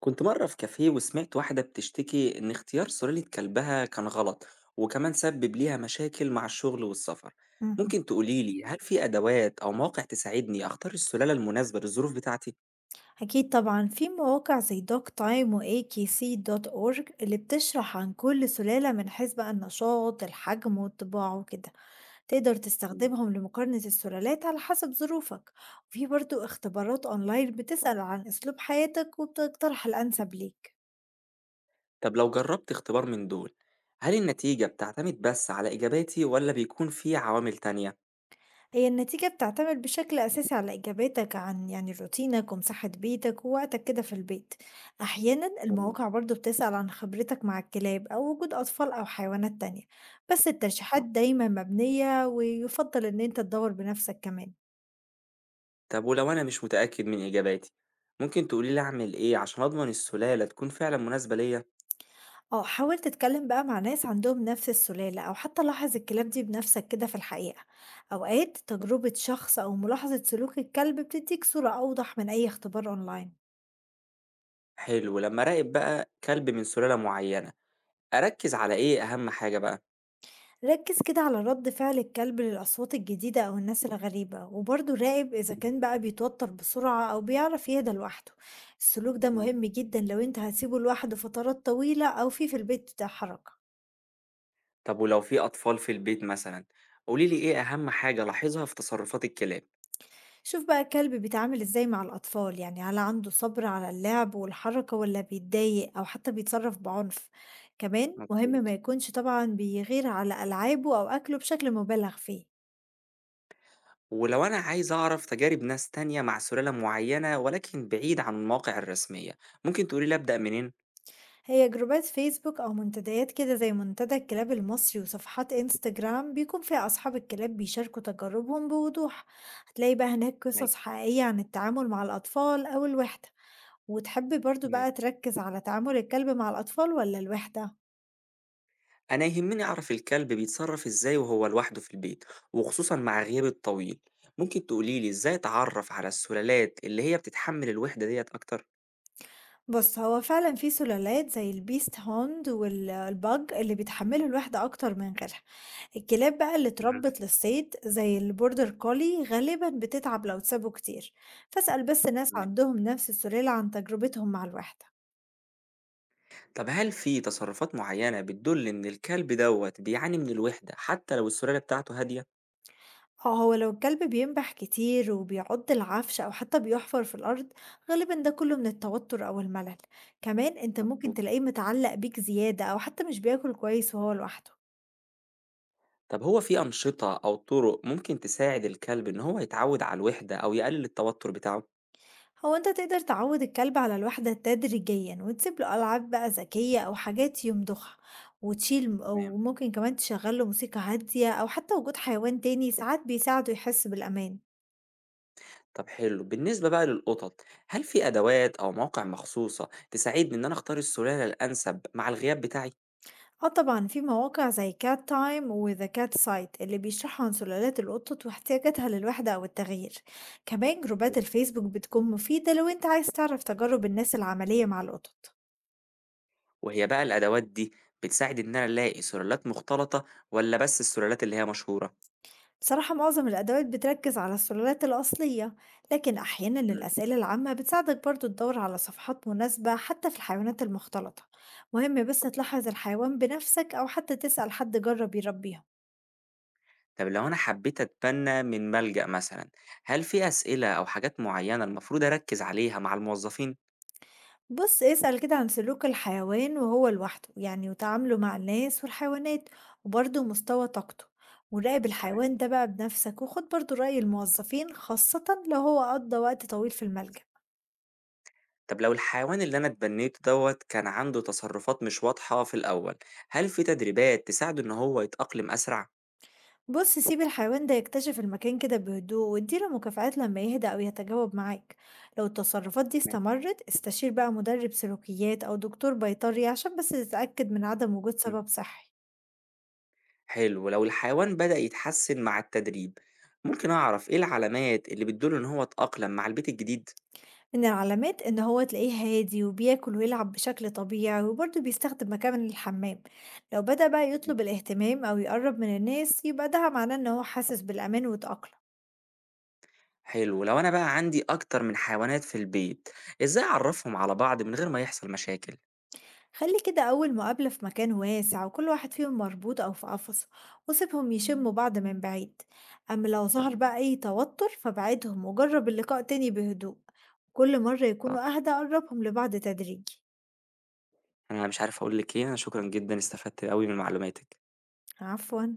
كنت مرة في كافيه وسمعت واحدة بتشتكي إن اختيار سلالة كلبها كان غلط، وكمان سبب ليها مشاكل مع الشغل والسفر. اهم. ممكن تقوليلي هل في أدوات أو مواقع تساعدني أختار السلالة المناسبة للظروف بتاعتي؟ أكيد طبعًا، في مواقع زي doctime وAKC.org اللي بتشرح عن كل سلالة من حيث بقى النشاط، الحجم، والطباع وكده، تقدر مم. تستخدمهم لمقارنة السلالات على حسب ظروفك، وفي برضه اختبارات أونلاين بتسأل عن أسلوب حياتك وبتقترح الأنسب ليك. طب لو جربت اختبار من دول، هل النتيجة بتعتمد بس على إجاباتي ولا بيكون في عوامل تانية؟ هي النتيجة بتعتمد بشكل أساسي على إجاباتك عن يعني روتينك ومساحة بيتك ووقتك كده في البيت. أحيانا تمام. المواقع برضو بتسأل عن خبرتك مع الكلاب أو وجود أطفال أو حيوانات تانية. بس الترشيحات صح. دايما مبنية ويفضل إن أنت تدور بنفسك كمان. طب ولو أنا مش متأكد من إجاباتي، ممكن تقوليلي أعمل إيه عشان أضمن السلالة تكون فعلا مناسبة ليا؟ اه حاول تتكلم بقى مع ناس عندهم نفس السلالة أو حتى لاحظ الكلاب دي بنفسك كده في الحقيقة. أوقات تجربة شخص أو ملاحظة سلوك الكلب بتديك صورة أوضح من أي اختبار أونلاين. حلو. لما أراقب بقى كلب من سلالة معينة، أركّز على إيه أهم حاجة بقى؟ ركز كده على رد فعل الكلب للأصوات الجديدة أو الناس الغريبة وبرضه راقب إذا إمم، كان بقى بيتوتر بسرعة أو بيعرف يهدى لوحده. السلوك ده تمام. مهم جدا لو أنت هتسيبه لوحده فترات طويلة أو في البيت بتاع حركة. طب ولو في أطفال في البيت مثلًا، قولي لي إيه أهم حاجة ألاحظها في تصرفات الكلاب؟ شوف بقى الكلب بيتعامل إزاي مع الأطفال، يعني هل عنده صبر على اللعب والحركة ولا بيتضايق أو حتى بيتصرف بعنف. كمان مهم مضبوط. ما يكونش طبعا بيغير على ألعابه أو أكله بشكل مبالغ فيه. ولو أنا عايز أعرف تجارب ناس تانية مع سلالة معيّنة ولكن بعيد عن المواقع الرسمية، ممكن تقولي لي أبدأ منين؟ هي جروبات فيسبوك أو منتديات كده زي منتدى الكلاب المصري وصفحات انستجرام بيكون فيها أصحاب الكلاب بيشاركوا تجاربهم بوضوح. هتلاقي بقى هناك معاك، قصص حقيقية عن التعامل مع الأطفال أو الوحدة. وتحبي برضو تمام. بقى تركز على تعامل الكلب مع الأطفال ولا الوحدة؟ أنا يهمني أعرف الكلب بيتصرف إزاي وهو لوحده في البيت، وخصوصًا مع غياب الطويل، ممكن تقولي لي إزاي أتعرف على السلالات اللي هي بتتحمل الوحدة ديّة أكتر؟ بُص، هو فعلًا في سلالات زي الbeast hound وال الpug اللي بيتحمّلوا الوحدة أكتر من غيرها. الكلاب بقى اللي تمام، اتربِّت للصيد زي الborder collie غالبًا بتتعب لو اتسابوا كتير، فاسأل بس ناس تمام. عندهم نفس السلالة عن تجربتهم مع الوحدة. طب هل في تصرفات معينة بتدل إن الكلب دوّة بيعاني من الوحدة حتى لو السلالة بتاعته هادية؟ آه، هو لو الكلب بينبح كتير وبيعض العفش أو حتى بيحفر في الأرض، غالبًا ده كله من التوتر أو الملل. كمان أنت ممكن مفهوم. تلاقيه متعلق بيك زيادة أو حتى مش بياكل كويس وهو لوحده. طب هو في أنشطة أو طرق ممكن تساعد الكلب إن هو يتعود على الوحدة أو يقلل التوتر بتاعه؟ هو انت تقدر تعود الكلب على الوحدة تدريجيا وتسيب له ألعاب بقى ذكية أو حاجات يمضخها وتشيل، تمام. وممكن كمان تشغل له موسيقى هادية أو حتى وجود حيوان تاني ساعات بيساعده يحس بالأمان. طب حلو، بالنسبة بقى للقطط، هل في أدوات أو مواقع مخصوصة تساعدني إن أنا أختار السلالة الأنسب مع الغياب بتاعي؟ اه طبعا في مواقع زي كات تايم وذا كات سايت اللي بيشرحوا عن سلالات القطط واحتياجاتها للوحدة أو التغيير. كمان جروبات الفيسبوك بتكون مفيدة لو انت عايز تعرف تجارب الناس العملية مع القطط. وهي بقى الأدوات دي بتساعد إن أنا ألاقي سلالات مختلطة ولا بس السلالات اللي هي مشهورة؟ بصراحة معظم الأدوات بتركز على السلالات الأصلية، لكن أحيانا مم. الأسئلة العامة بتساعدك برضو تدور على صفحات مناسبة حتى في الحيوانات المختلطة. مهم بس تمام. تلاحظ الحيوان بنفسك أو حتى تسأل حد جرب يربيها. طب لو أنا حبيت أتبنى من ملجأ مثلًا، هل في أسئلة أو حاجات معيّنة المفروض أركّز عليها مع الموظفين؟ بص اسأل كده عن سلوك الحيوان وهو لوحده، يعني وتعامله مع الناس والحيوانات وبرضو مستوى طاقته. وراقب تمام. الحيوان ده بقى بنفسك وخد برضو رأي الموظفين، خاصة لو هو قضى وقت طويل في الملجأ. طب لو الحيوان اللي أنا اتبنيته دوّة كان عنده تصرفات مش واضحة في الأول، هل في تدريبات تساعده إن هو يتأقلم أسرع؟ بص سيب الحيوان ده يكتشف المكان كده بهدوء واديله مكافآت لما يهدأ أو يتجاوب معاك. لو التصرفات دي تمام. استمرت استشير بقى مدرب سلوكيات أو دكتور بيطري عشان بس تتأكد من عدم وجود إمم. سبب صحي. حلو، لو الحيوان بدأ يتحسن مع التدريب، ممكن أعرف إيه العلامات اللي بتدل إن هو اتأقلم مع البيت الجديد؟ من العلامات إن هو تلاقيه هادي وبياكل ويلعب بشكل طبيعي وبرضه بيستخدم مكان الحمام. لو بدأ بقى إمم. يطلب الاهتمام أو يقرب من الناس يبقى ده معناه إن هو حاسس بالأمان وتأقلم. حلو، لو أنا بقى عندي أكتر من حيوانات في البيت، إزاي أعرّفهم على بعض من غير ما يحصل مشاكل؟ خلي كده أول مقابلة في مكان واسع وكل واحد فيهم مربوط أو في قفص، وسيبهم يشموا بعض من بعيد. أما لو ظهر تمام، بقى أي توتر فبعدهم وجرب اللقاء تاني بهدوء. كل مرة يكونوا صح. أهدى قربهم لبعض تدريجي. أنا مش عارف أقول لِك إيه، أنا شكرًا جدًا استفدت أوي من معلوماتِك. عفوا.